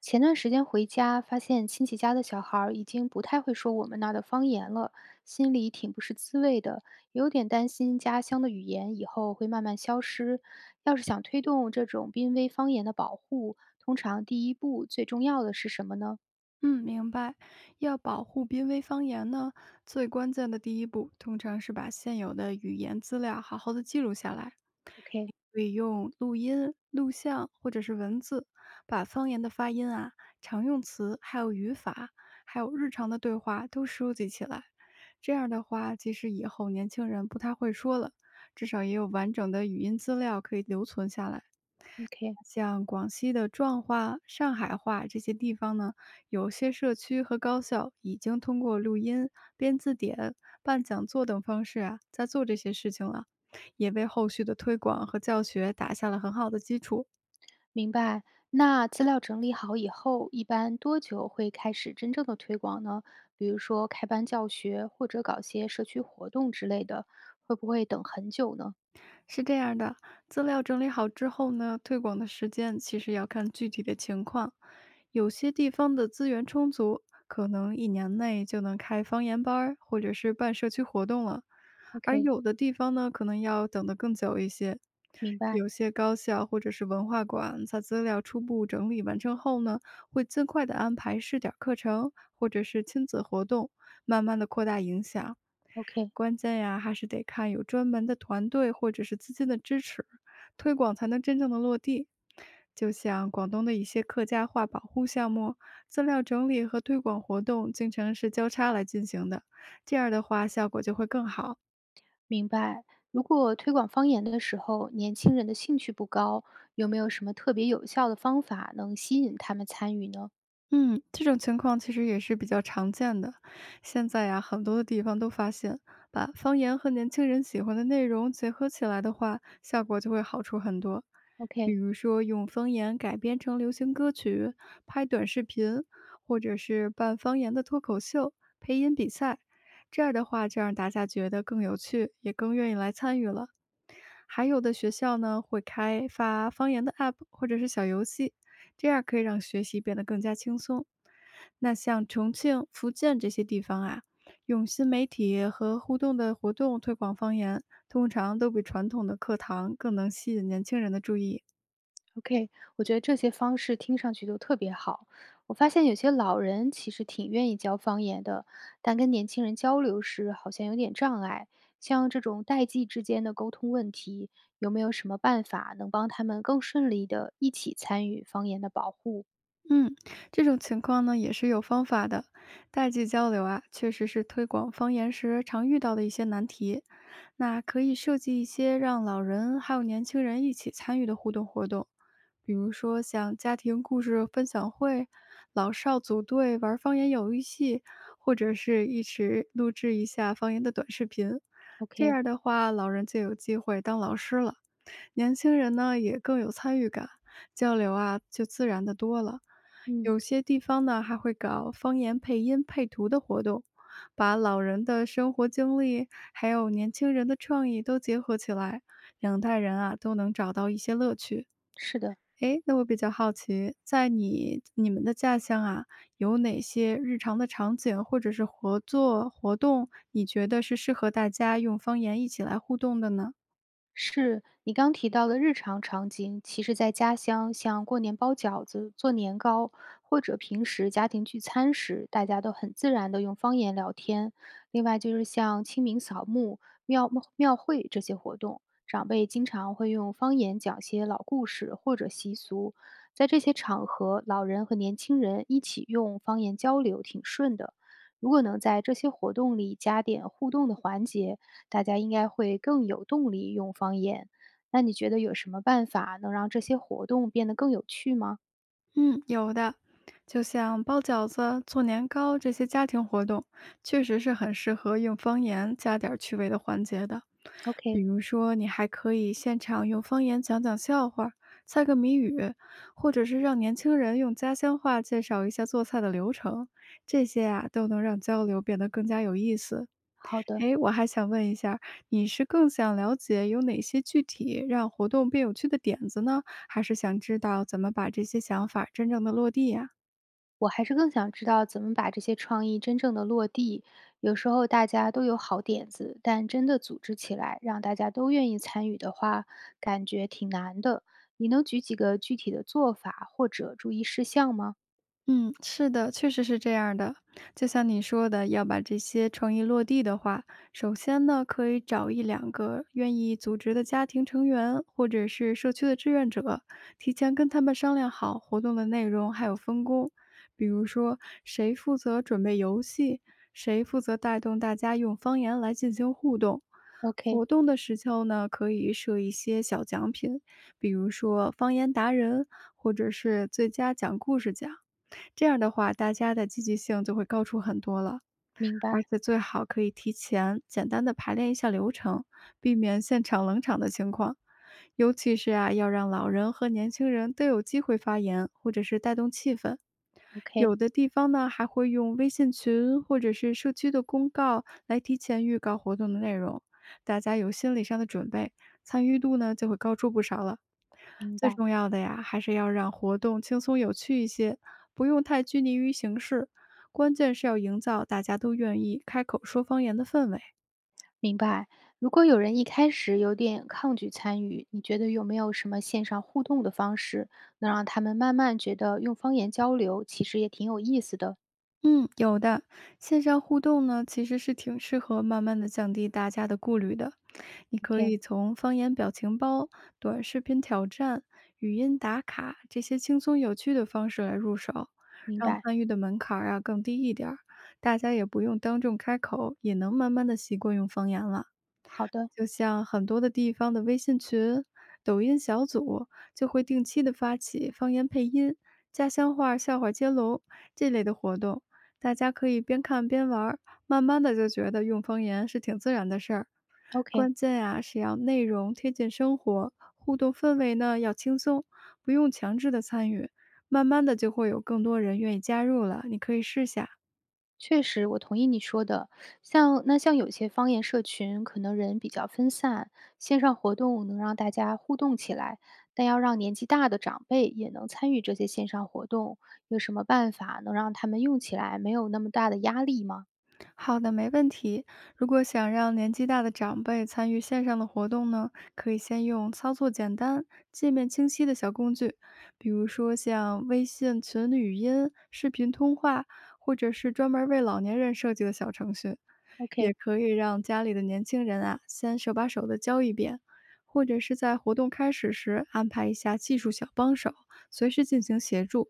前段时间回家，发现亲戚家的小孩儿已经不太会说我们那儿的方言了，心里挺不是滋味的，有点担心家乡的语言以后会慢慢消失。要是想推动这种濒危方言的保护，通常第一步最重要的是什么呢嗯，明白。要保护濒危方言呢，最关键的第一步，通常是把现有的语言资料好好的记录下来。？OK，OK，你可以用录音、录像或者是文字，把方言的发音啊、常用词、还有语法，还有日常的对话都收集起来。这样的话，即使以后年轻人不太会说了，至少也有完整的语音资料可以留存下来。像广西的壮话、上海话这些地方呢，有些社区和高校已经通过录音、编字典、办讲座等方式啊，在做这些事情了，也为后续的推广和教学打下了很好的基础。明白。那资料整理好以后，一般多久会开始真正的推广呢？比如说开班教学，或者搞些社区活动之类的，会不会等很久呢是这样的，资料整理好之后呢，推广的时间其实要看具体的情况，有些地方的资源充足，可能一年内就能开方言班儿或者是办社区活动了。而？OK，有的地方呢，可能要等得更久一些。明白。有些高校或者是文化馆，在资料初步整理完成后呢，会尽快的安排试点儿课程或者是亲子活动，慢慢的扩大影响。OK，关键呀，还是得看有专门的团队或者是资金的支持，推广才能真正的落地。就像广东的一些客家话保护项目，资料整理和推广活动经常是交叉来进行的，这样的话效果就会更好。明白。如果推广方言的时候，年轻人的兴趣不高，有没有什么特别有效的方法能吸引他们参与呢嗯，这种情况其实也是比较常见的。现在呀，很多的地方都发现，把方言和年轻人喜欢的内容结合起来的话，效果就会好出很多。比？OK，OK，如说，用方言改编成流行歌曲，拍短视频，或者是办方言的脱口秀、配音比赛。这样的话，就让大家觉得更有趣，也更愿意来参与了。还有的学校呢会开发方言的 App 或者是小游戏，这样可以让学习变得更加轻松。那像重庆、福建这些地方啊，用新媒体和互动的活动推广方言，通常都比传统的课堂更能吸引年轻人的注意。我觉得这些方式听上去都特别好。我发现有些老人其实挺愿意教方言的，但跟年轻人交流时好像有点障碍。像这种代际之间的沟通问题，有没有什么办法能帮他们更顺利的一起参与方言的保护嗯，这种情况呢也是有方法的。代际交流啊，确实是推广方言时常遇到的一些难题。那可以设计一些让老人还有年轻人一起参与的互动活动，比如说像家庭故事分享会、老少组队玩方言游戏，或者是一起录制一下方言的短视频。这？OK，样的话，老人就有机会当老师了。年轻人呢也更有参与感，交流啊就自然的多了。嗯，有些地方呢还会搞方言配音配图的活动，把老人的生活经历还有年轻人的创意都结合起来，两代人啊都能找到一些乐趣。是的。诶，那我比较好奇，在你们的家乡啊，有哪些日常的场景或者是合作活动，你觉得是适合大家用方言一起来互动的呢？是你刚提到的日常场景，其实在家乡，像过年包饺子、做年糕，或者平时家庭聚餐时，大家都很自然的用方言聊天。另外就是像清明扫墓、庙会这些活动，长辈经常会用方言讲些老故事或者习俗。在这些场合，老人和年轻人一起用方言交流，挺顺的。如果能在这些活动里加点互动的环节，大家应该会更有动力用方言。那你觉得有什么办法能让这些活动变得更有趣吗嗯，有的，就像包饺子、做年糕这些家庭活动，确实是很适合用方言加点儿趣味的环节的。比？OK，如说，你还可以现场用方言讲讲笑话、猜个谜语，或者是让年轻人用家乡话介绍一下做菜的流程，这些啊都能让交流变得更加有意思。好的。诶，我还想问一下，你是更想了解有哪些具体让活动变有趣的点子呢？还是想知道怎么把这些想法真正的落地呀？我还是更想知道怎么把这些创意真正的落地。有时候大家都有好点子，但真的组织起来让大家都愿意参与的话，感觉挺难的。你能举几个具体的做法或者注意事项吗嗯，是的，确实是这样儿的。就像你说的，要把这些创意落地的话，首先呢，可以找一两个愿意组织的家庭成员，或者是社区的志愿者，提前跟他们商量好活动的内容还有分工。比如说，谁负责准备游戏，谁负责带动大家用方言来进行互动。？OK，活动的时候呢，可以设一些小奖品，比如说方言达人，或者是最佳讲故事奖。这样的话，大家的积极性就会高出很多了。明而白。且最好可以提前简单的排练一下流程，避免现场冷场的情况。尤其是啊，要让老人和年轻人都有机会发言，或者是带动气氛。OK，有的地方呢，还会用微信群或者是社区的公告来提前预告活动的内容，大家有心理上的准备，参与度呢就会高出不少了。明最白。重要的呀，还是要让活动轻松有趣一些，不用太拘泥于形式。关键是要营造大家都愿意开口说方言的氛围。明白。如果有人一开始有点抗拒参与，你觉得有没有什么线上互动的方式，能让他们慢慢觉得用方言交流其实也挺有意思的嗯，有的，线上互动呢，其实是挺适合慢慢的降低大家的顾虑的。你可？OK，以从方言表情包、短视频挑战、语音打卡这些轻松有趣的方式来入手，明让白。参与的门槛儿啊更低一点儿，大家也不用当众开口，也能慢慢的习惯用方言了。好的就像很多的地方的微信群、抖音小组就会定期的发起方言配音、家乡话笑话接龙这类的活动，大家可以边看边玩儿，慢慢的就觉得用方言是挺自然的事儿。，OK。关键呀、是要内容贴近生活，互动氛围呢要轻松，不用强制的参与，慢慢的就会有更多人愿意加入了。你可以试下。确实，我同意你说的。像那像有些方言社群，可能人比较分散，线上活动能让大家互动起来，但要让年纪大的长辈也能参与这些线上活动，有什么办法能让他们用起来没有那么大的压力吗好的，没问题。如果想让年纪大的长辈参与线上的活动呢，可以先用操作简单、界面清晰的小工具，比如说像微信群语音、视频通话，或者是专门为老年人设计的小程序。也？OK，可以让家里的年轻人啊，先手把手的教一遍，或者是在活动开始时安排一下技术小帮手，随时进行协助。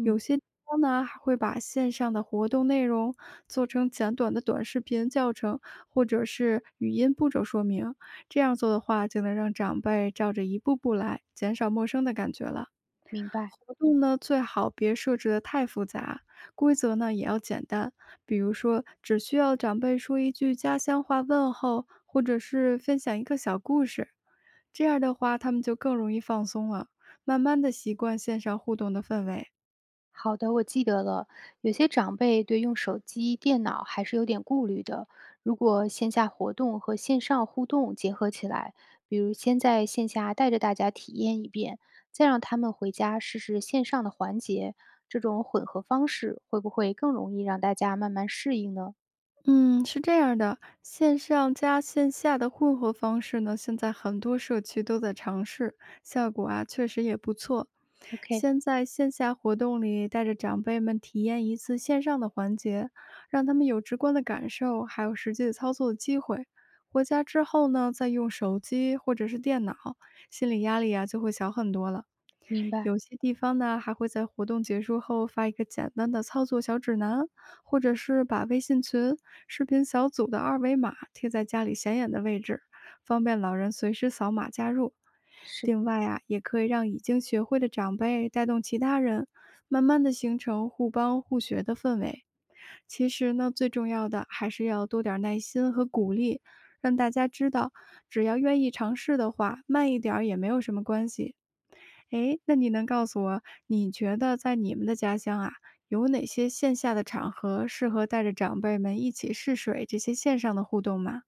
有些地方呢，还会把线上的活动内容做成简短的短视频教程，或者是语音步骤说明。这样做的话，就能让长辈照着一步步来，减少陌生的感觉了。明白，活动呢，最好别设置的太复杂，规则呢也要简单。比如说，只需要长辈说一句家乡话问候，或者是分享一个小故事，这样的话，他们就更容易放松了，慢慢的习惯线上互动的氛围。好的，我记得了。有些长辈对用手机、电脑还是有点顾虑的。如果线下活动和线上互动结合起来，比如先在线下带着大家体验一遍，再让他们回家试试线上的环节，这种混合方式会不会更容易让大家慢慢适应呢嗯，是这样的，线上加线下的混合方式呢，现在很多社区都在尝试，效果啊确实也不错。？OK，先在线下活动里带着长辈们体验一次线上的环节，让他们有直观的感受，还有实际操作的机会。回家之后呢，再用手机或者是电脑，心理压力啊就会小很多了。明白，有些地方呢，还会在活动结束后发一个简单的操作小指南，或者是把微信群、视频小组的二维码贴在家里显眼的位置，方便老人随时扫码加入。是的。另外啊，也可以让已经学会的长辈带动其他人，慢慢的形成互帮互学的氛围。其实呢，最重要的还是要多点儿耐心和鼓励，让大家知道，只要愿意尝试的话，慢一点儿也没有什么关系。诶，那你能告诉我，你觉得在你们的家乡啊，有哪些线下的场合适合带着长辈们一起试水这些线上的互动吗？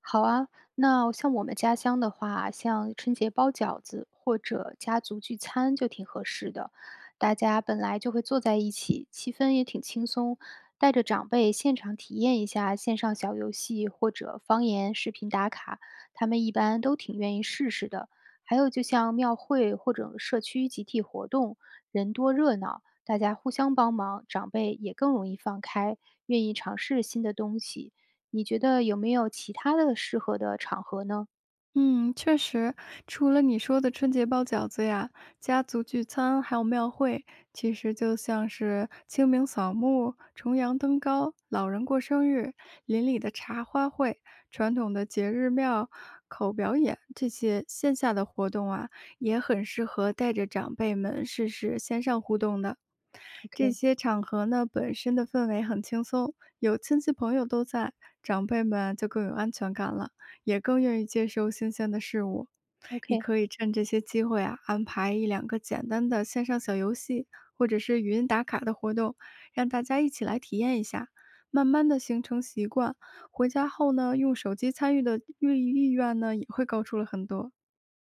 好啊，那像我们家乡的话，像春节包饺子或者家族聚餐就挺合适的。大家本来就会坐在一起，气氛也挺轻松，带着长辈现场体验一下线上小游戏或者方言视频打卡，他们一般都挺愿意试试的。还有就像庙会或者社区集体活动，人多热闹，大家互相帮忙，长辈也更容易放开，愿意尝试新的东西。你觉得有没有其他的适合的场合呢？嗯，确实，除了你说的春节包饺子呀、家族聚餐，还有庙会，其实就像是清明扫墓、重阳登高、老人过生日、邻里的茶花会、传统的节日庙口表演这些线下的活动啊，也很适合带着长辈们试试线上互动的。这 OK，些场合呢，本身的氛围很轻松，有亲戚朋友都在，长辈们就更有安全感了。也更愿意接受新鲜的事物。你 OK，可以趁这些机会啊，安排一两个简单的线上小游戏，或者是语音打卡的活动，让大家一起来体验一下。慢慢的形成习惯，回家后呢，用手机参与的意愿呢，也会高出了很多。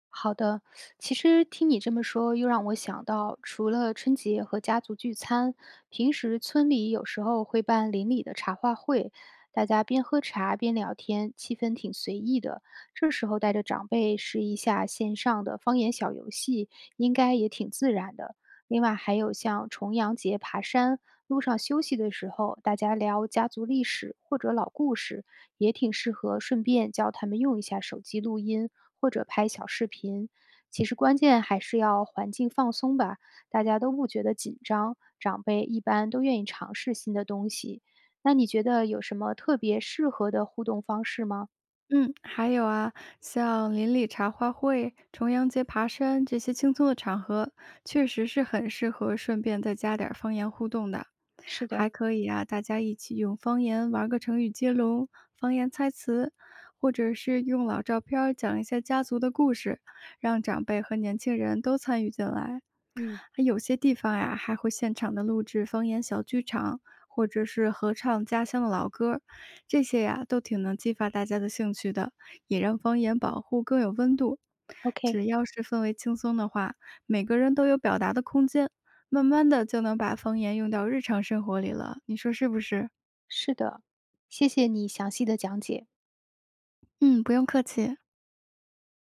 好的。其实听你这么说，又让我想到，除了春节和家族聚餐，平时村里有时候会办邻里的茶话会，大家边喝茶边聊天，气氛挺随意的。这时候带着长辈试一下线上的方言小游戏，应该也挺自然的。另外还有像重阳节爬山路上休息的时候，大家聊家族历史或者老故事，也挺适合顺便教他们用一下手机录音或者拍小视频。其实关键还是要环境放松吧，大家都不觉得紧张，长辈一般都愿意尝试新的东西。那你觉得有什么特别适合的互动方式吗？嗯，还有啊，像邻里茶话会、重阳节爬山这些轻松的场合，确实是很适合顺便再加点儿方言互动的。是还的，可以啊，大家一起用方言玩个成语接龙、方言猜词，或者是用老照片儿讲一下家族的故事，让长辈和年轻人都参与进来。嗯还有些地方呀，还会现场的录制方言小剧场，或者是合唱家乡的老歌儿这些呀都挺能激发大家的兴趣的，也让方言保护更有温度。，OK，只要是氛围轻松的话，每个人都有表达的空间，慢慢的就能把方言用到日常生活里了。你说是不是？是的，谢谢你详细的讲解。嗯，不用客气。